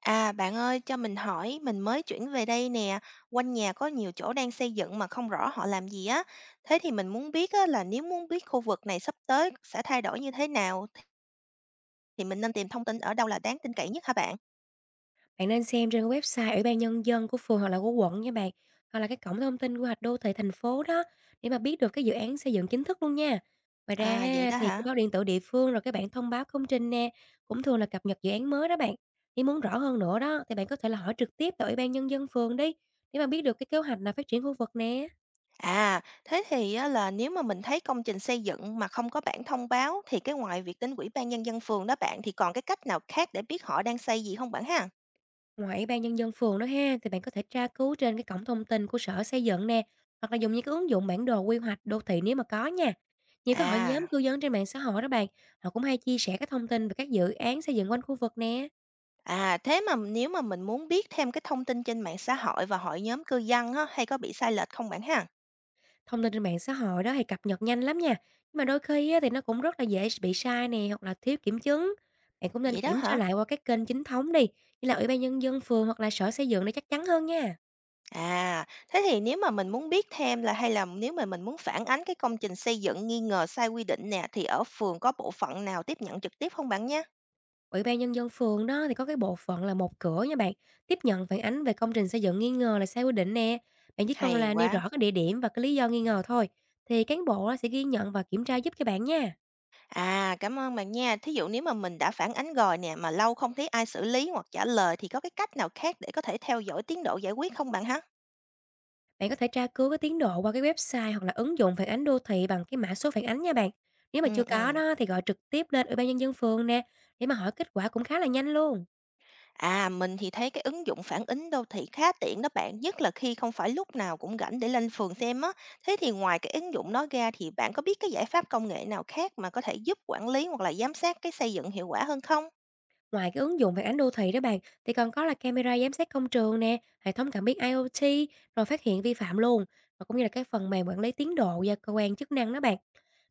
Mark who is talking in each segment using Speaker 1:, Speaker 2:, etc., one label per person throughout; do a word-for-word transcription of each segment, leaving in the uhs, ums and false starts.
Speaker 1: À, bạn ơi, cho mình hỏi, mình mới chuyển về đây nè, quanh nhà có nhiều chỗ đang xây dựng mà không rõ họ làm gì á. Thế thì mình muốn biết á, là nếu muốn biết khu vực này sắp tới sẽ thay đổi như thế nào thì mình nên tìm thông tin ở đâu là đáng tin cậy nhất hả bạn?
Speaker 2: Bạn nên xem trên cái website Ủy ban nhân dân của phường hoặc là của quận nha bạn, hoặc là cái cổng thông tin quy hoạch đô thị thành phố đó để mà biết được cái dự án xây dựng chính thức luôn nha. Ngoài ra
Speaker 1: À, vậy
Speaker 2: ha,
Speaker 1: đó
Speaker 2: thì cái
Speaker 1: hả?
Speaker 2: báo điện tử địa phương rồi các bạn thông báo công trình nè cũng thường là cập nhật dự án mới đó bạn. Nếu muốn rõ hơn nữa đó thì bạn có thể là hỏi trực tiếp tại Ủy ban nhân dân phường đi để mà biết được cái kế hoạch là phát triển khu vực nè.
Speaker 1: À, thế thì á, là nếu mà mình thấy công trình xây dựng mà không có bảng thông báo thì cái ngoài việc đến ủy ban nhân dân phường đó bạn thì còn cái cách nào khác để biết họ đang xây gì không bạn ha?
Speaker 2: Ngoài Ủy ban nhân dân phường đó ha, thì bạn có thể tra cứu trên cái cổng thông tin của sở xây dựng nè, hoặc là dùng những cái ứng dụng bản đồ quy hoạch đô thị nếu mà có nha. Nhiều cái hội
Speaker 1: À.
Speaker 2: nhóm cư dân trên mạng xã hội đó bạn, họ cũng hay chia sẻ cái thông tin về các dự án xây dựng quanh khu vực nè.
Speaker 1: À, thế mà nếu mà mình muốn biết thêm cái thông tin trên mạng xã hội và hội nhóm cư dân á, hay có bị sai lệch không bạn ha?
Speaker 2: Thông tin trên mạng xã hội đó thì cập nhật nhanh lắm nha. Nhưng mà đôi khi á, thì nó cũng rất là dễ bị sai nè, hoặc là thiếu kiểm chứng. Bạn cũng nên
Speaker 1: Vậy đó
Speaker 2: kiểm tra
Speaker 1: hả?
Speaker 2: lại qua các kênh chính thống đi, như là Ủy ban nhân dân phường hoặc là sở xây dựng để chắc chắn hơn nha.
Speaker 1: À, thế thì nếu mà mình muốn biết thêm là hay là nếu mà mình muốn phản ánh cái công trình xây dựng nghi ngờ sai quy định nè thì ở phường có bộ phận nào tiếp nhận trực tiếp không bạn nhé?
Speaker 2: Ủy ban nhân dân phường đó thì có cái bộ phận là một cửa nha bạn, tiếp nhận phản ánh về công trình xây dựng nghi ngờ là sai quy định nè. Bạn chỉ cần
Speaker 1: Hay
Speaker 2: là nêu
Speaker 1: quá.
Speaker 2: rõ cái địa điểm và cái lý do nghi ngờ thôi, thì cán bộ á, sẽ ghi nhận và kiểm tra giúp cho bạn nha.
Speaker 1: À, cảm ơn bạn nha. Thí dụ nếu mà mình đã phản ánh rồi nè mà lâu không thấy ai xử lý hoặc trả lời thì có cái cách nào khác để có thể theo dõi tiến độ giải quyết không bạn hả?
Speaker 2: Bạn có thể tra cứu cái tiến độ qua cái website hoặc là ứng dụng phản ánh đô thị bằng cái mã số phản ánh nha bạn. Nếu mà
Speaker 1: Ừ
Speaker 2: chưa có
Speaker 1: ừ.
Speaker 2: đó thì gọi trực tiếp lên Ủy ban nhân dân phường nè, để mà hỏi kết quả cũng khá là nhanh luôn.
Speaker 1: À, mình thì thấy cái ứng dụng phản ánh đô thị khá tiện đó bạn, nhất là khi không phải lúc nào cũng rảnh để lên phường xem á. Thế thì ngoài cái ứng dụng đó ra thì bạn có biết cái giải pháp công nghệ nào khác mà có thể giúp quản lý hoặc là giám sát cái xây dựng hiệu quả hơn không?
Speaker 2: Ngoài cái ứng dụng phản ánh đô thị đó bạn, thì còn có là camera giám sát công trường nè, hệ thống cảm biến ai ô ti, rồi phát hiện vi phạm luôn, và cũng như là cái phần mềm quản lý tiến độ do cơ quan chức năng đó bạn.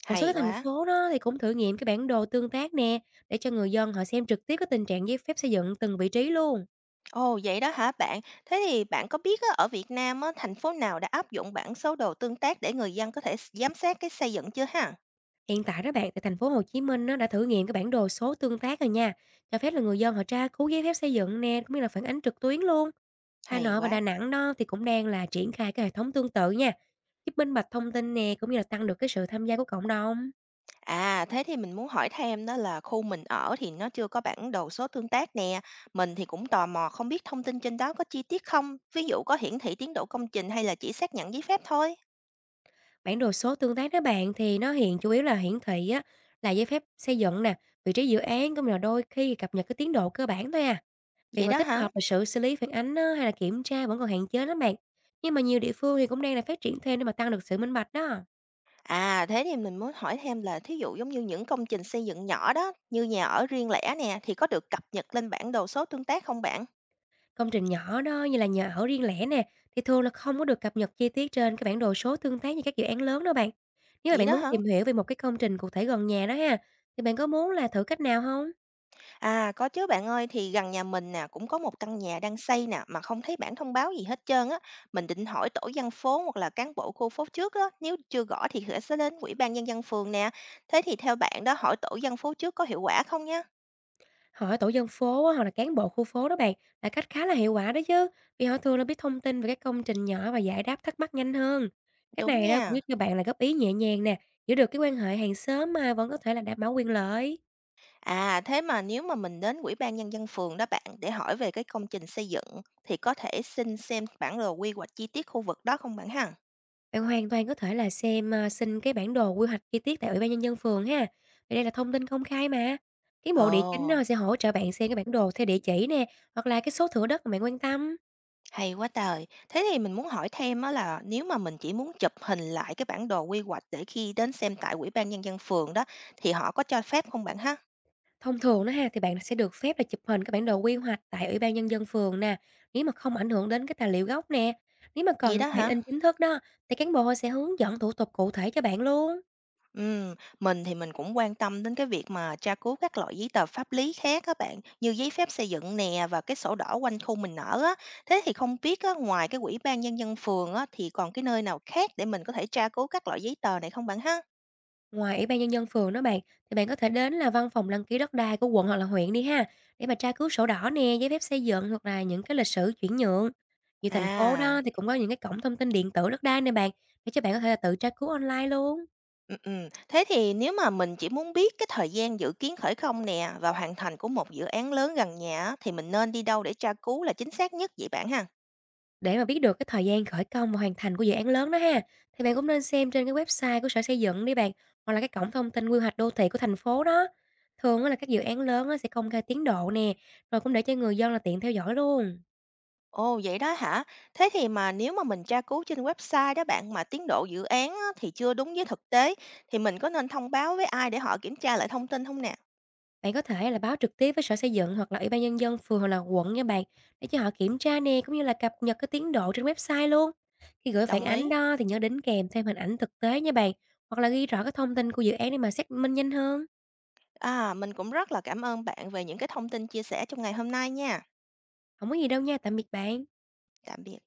Speaker 2: Một số
Speaker 1: Hay
Speaker 2: cái thành
Speaker 1: quá.
Speaker 2: phố đó thì cũng thử nghiệm cái bản đồ tương tác nè, để cho người dân họ xem trực tiếp cái tình trạng giấy phép xây dựng từng vị trí luôn.
Speaker 1: Ồ, vậy đó hả bạn? Thế thì bạn có biết á, ở Việt Nam á, thành phố nào đã áp dụng bảng số đồ tương tác để người dân có thể s- giám sát cái xây dựng chưa ha?
Speaker 2: Hiện tại đó bạn, tại thành phố Hồ Chí Minh nó đã thử nghiệm cái bản đồ số tương tác rồi nha, cho phép là người dân họ tra cứu giấy phép xây dựng nè, cũng như là phản ánh trực tuyến luôn. Hà
Speaker 1: Hay
Speaker 2: Nội và
Speaker 1: quá.
Speaker 2: Đà Nẵng đó thì cũng đang là triển khai cái hệ thống tương tự nha, giúp minh bạch thông tin nè, cũng như là tăng được cái sự tham gia của cộng đồng.
Speaker 1: À, thế thì mình muốn hỏi thêm đó là khu mình ở thì nó chưa có bản đồ số tương tác nè. Mình thì cũng tò mò không biết thông tin trên đó có chi tiết không? Ví dụ có hiển thị tiến độ công trình hay là chỉ xác nhận giấy phép thôi?
Speaker 2: Bản đồ số tương tác đó bạn thì nó hiện chủ yếu là hiển thị á, là giấy phép xây dựng nè, vị trí dự án cũng như là đôi khi cập nhật cái tiến độ cơ bản thôi à. Việc
Speaker 1: Vậy
Speaker 2: mà
Speaker 1: đó
Speaker 2: tích
Speaker 1: hả?
Speaker 2: hợp và sự xử lý phản ánh á, hay là kiểm tra vẫn còn hạn chế lắm bạn. Nhưng mà nhiều địa phương thì cũng đang là phát triển thêm để mà tăng được sự minh bạch đó.
Speaker 1: À, thế thì mình muốn hỏi thêm là thí dụ giống như những công trình xây dựng nhỏ đó, như nhà ở riêng lẻ nè, thì có được cập nhật lên bản đồ số tương tác không bạn?
Speaker 2: Công trình nhỏ đó như là nhà ở riêng lẻ nè thì thường là không có được cập nhật chi tiết trên cái bản đồ số tương tác như các dự án lớn đâu bạn. Nếu mà
Speaker 1: Vậy
Speaker 2: bạn
Speaker 1: đó
Speaker 2: muốn
Speaker 1: hả?
Speaker 2: tìm hiểu về một cái công trình cụ thể gần nhà đó ha thì bạn có muốn là thử cách nào không?
Speaker 1: À, có chứ bạn ơi, thì gần nhà mình nè cũng có một căn nhà đang xây nè mà không thấy bản thông báo gì hết trơn á. Mình định hỏi tổ dân phố hoặc là cán bộ khu phố trước á, nếu chưa gõ thì sẽ đến ủy ban nhân dân phường nè. Thế thì theo bạn đó, hỏi tổ dân phố trước có hiệu quả không nhá?
Speaker 2: Hỏi tổ dân phố á, hoặc là cán bộ khu phố đó bạn là cách khá là hiệu quả đó chứ, vì họ thường là biết thông tin về các công trình nhỏ và giải đáp thắc mắc nhanh hơn. Cách
Speaker 1: Đúng
Speaker 2: này đó cũng
Speaker 1: nha.
Speaker 2: giúp cho bạn là góp ý nhẹ nhàng nè, giữ được cái quan hệ hàng xóm mà vẫn có thể là đảm bảo quyền lợi.
Speaker 1: À, thế mà nếu mà mình đến ủy ban nhân dân phường đó bạn để hỏi về cái công trình xây dựng thì có thể xin xem bản đồ quy hoạch chi tiết khu vực đó không bạn ha?
Speaker 2: Bạn hoàn toàn có thể là xem à, xin cái bản đồ quy hoạch chi tiết tại Ủy ban nhân dân phường ha. Vì đây là thông tin công khai mà. Cán bộ địa chính
Speaker 1: Ồ.
Speaker 2: á, sẽ hỗ trợ bạn xem cái bản đồ theo địa chỉ nè hoặc là cái số thửa đất mà bạn quan tâm.
Speaker 1: Hay quá trời! Thế thì mình muốn hỏi thêm á, là nếu mà mình chỉ muốn chụp hình lại cái bản đồ quy hoạch để khi đến xem tại Ủy ban nhân dân phường đó, thì họ có cho phép không bạn ha?
Speaker 2: Thông thường đó ha, thì bạn sẽ được phép là chụp hình cái bản đồ quy hoạch tại Ủy ban nhân dân phường nè, nếu mà không ảnh hưởng đến cái tài liệu gốc nè. Nếu mà
Speaker 1: Vậy
Speaker 2: cần
Speaker 1: đó
Speaker 2: cái bản
Speaker 1: hả?
Speaker 2: in chính thức đó thì cán bộ sẽ hướng dẫn thủ tục cụ thể cho bạn luôn.
Speaker 1: Ừm, mình thì mình cũng quan tâm đến cái việc mà tra cứu các loại giấy tờ pháp lý khác các bạn, như giấy phép xây dựng nè và cái sổ đỏ quanh khu mình ở á. Thế thì không biết á, ngoài cái Ủy ban nhân dân phường á, thì còn cái nơi nào khác để mình có thể tra cứu các loại giấy tờ này không bạn ha?
Speaker 2: Ngoài Ủy ban nhân dân phường đó bạn thì bạn có thể đến là văn phòng đăng ký đất đai của quận hoặc là huyện đi ha để mà tra cứu sổ đỏ nè, giấy phép xây dựng hoặc là những cái lịch sử chuyển nhượng. Nhiều thành phố
Speaker 1: À.
Speaker 2: đó thì cũng có những cái cổng thông tin điện tử đất đai nè bạn để cho bạn có thể là tự tra cứu online luôn.
Speaker 1: Ừm, ừm. Thế thì nếu mà mình chỉ muốn biết cái thời gian dự kiến khởi công nè và hoàn thành của một dự án lớn gần nhà á, thì mình nên đi đâu để tra cứu là chính xác nhất vậy bạn ha?
Speaker 2: Để mà biết được cái thời gian khởi công và hoàn thành của dự án lớn đó ha, thì bạn cũng nên xem trên cái website của sở xây dựng đi bạn, hoặc là cái cổng thông tin quy hoạch đô thị của thành phố đó. Thường á là các dự án lớn á sẽ công khai tiến độ nè, rồi cũng để cho người dân là tiện theo dõi luôn.
Speaker 1: Ồ, vậy đó hả? Thế thì mà nếu mà mình tra cứu trên website đó bạn mà tiến độ dự án á, thì chưa đúng với thực tế thì mình có nên thông báo với ai để họ kiểm tra lại thông tin không nè?
Speaker 2: Bạn có thể là báo trực tiếp với sở xây dựng hoặc là ủy ban nhân dân phường hoặc là quận nha bạn, để cho họ kiểm tra nè, cũng như là cập nhật cái tiến độ trên website luôn. Khi gửi phản
Speaker 1: Đồng ý.
Speaker 2: ánh đó thì nhớ đính kèm thêm hình ảnh thực tế nha bạn, hoặc là ghi rõ cái thông tin của dự án để mà xác minh nhanh hơn.
Speaker 1: À, mình cũng rất là cảm ơn bạn về những cái thông tin chia sẻ trong ngày hôm nay nha.
Speaker 2: Không có gì đâu nha, tạm biệt bạn.
Speaker 1: Tạm biệt.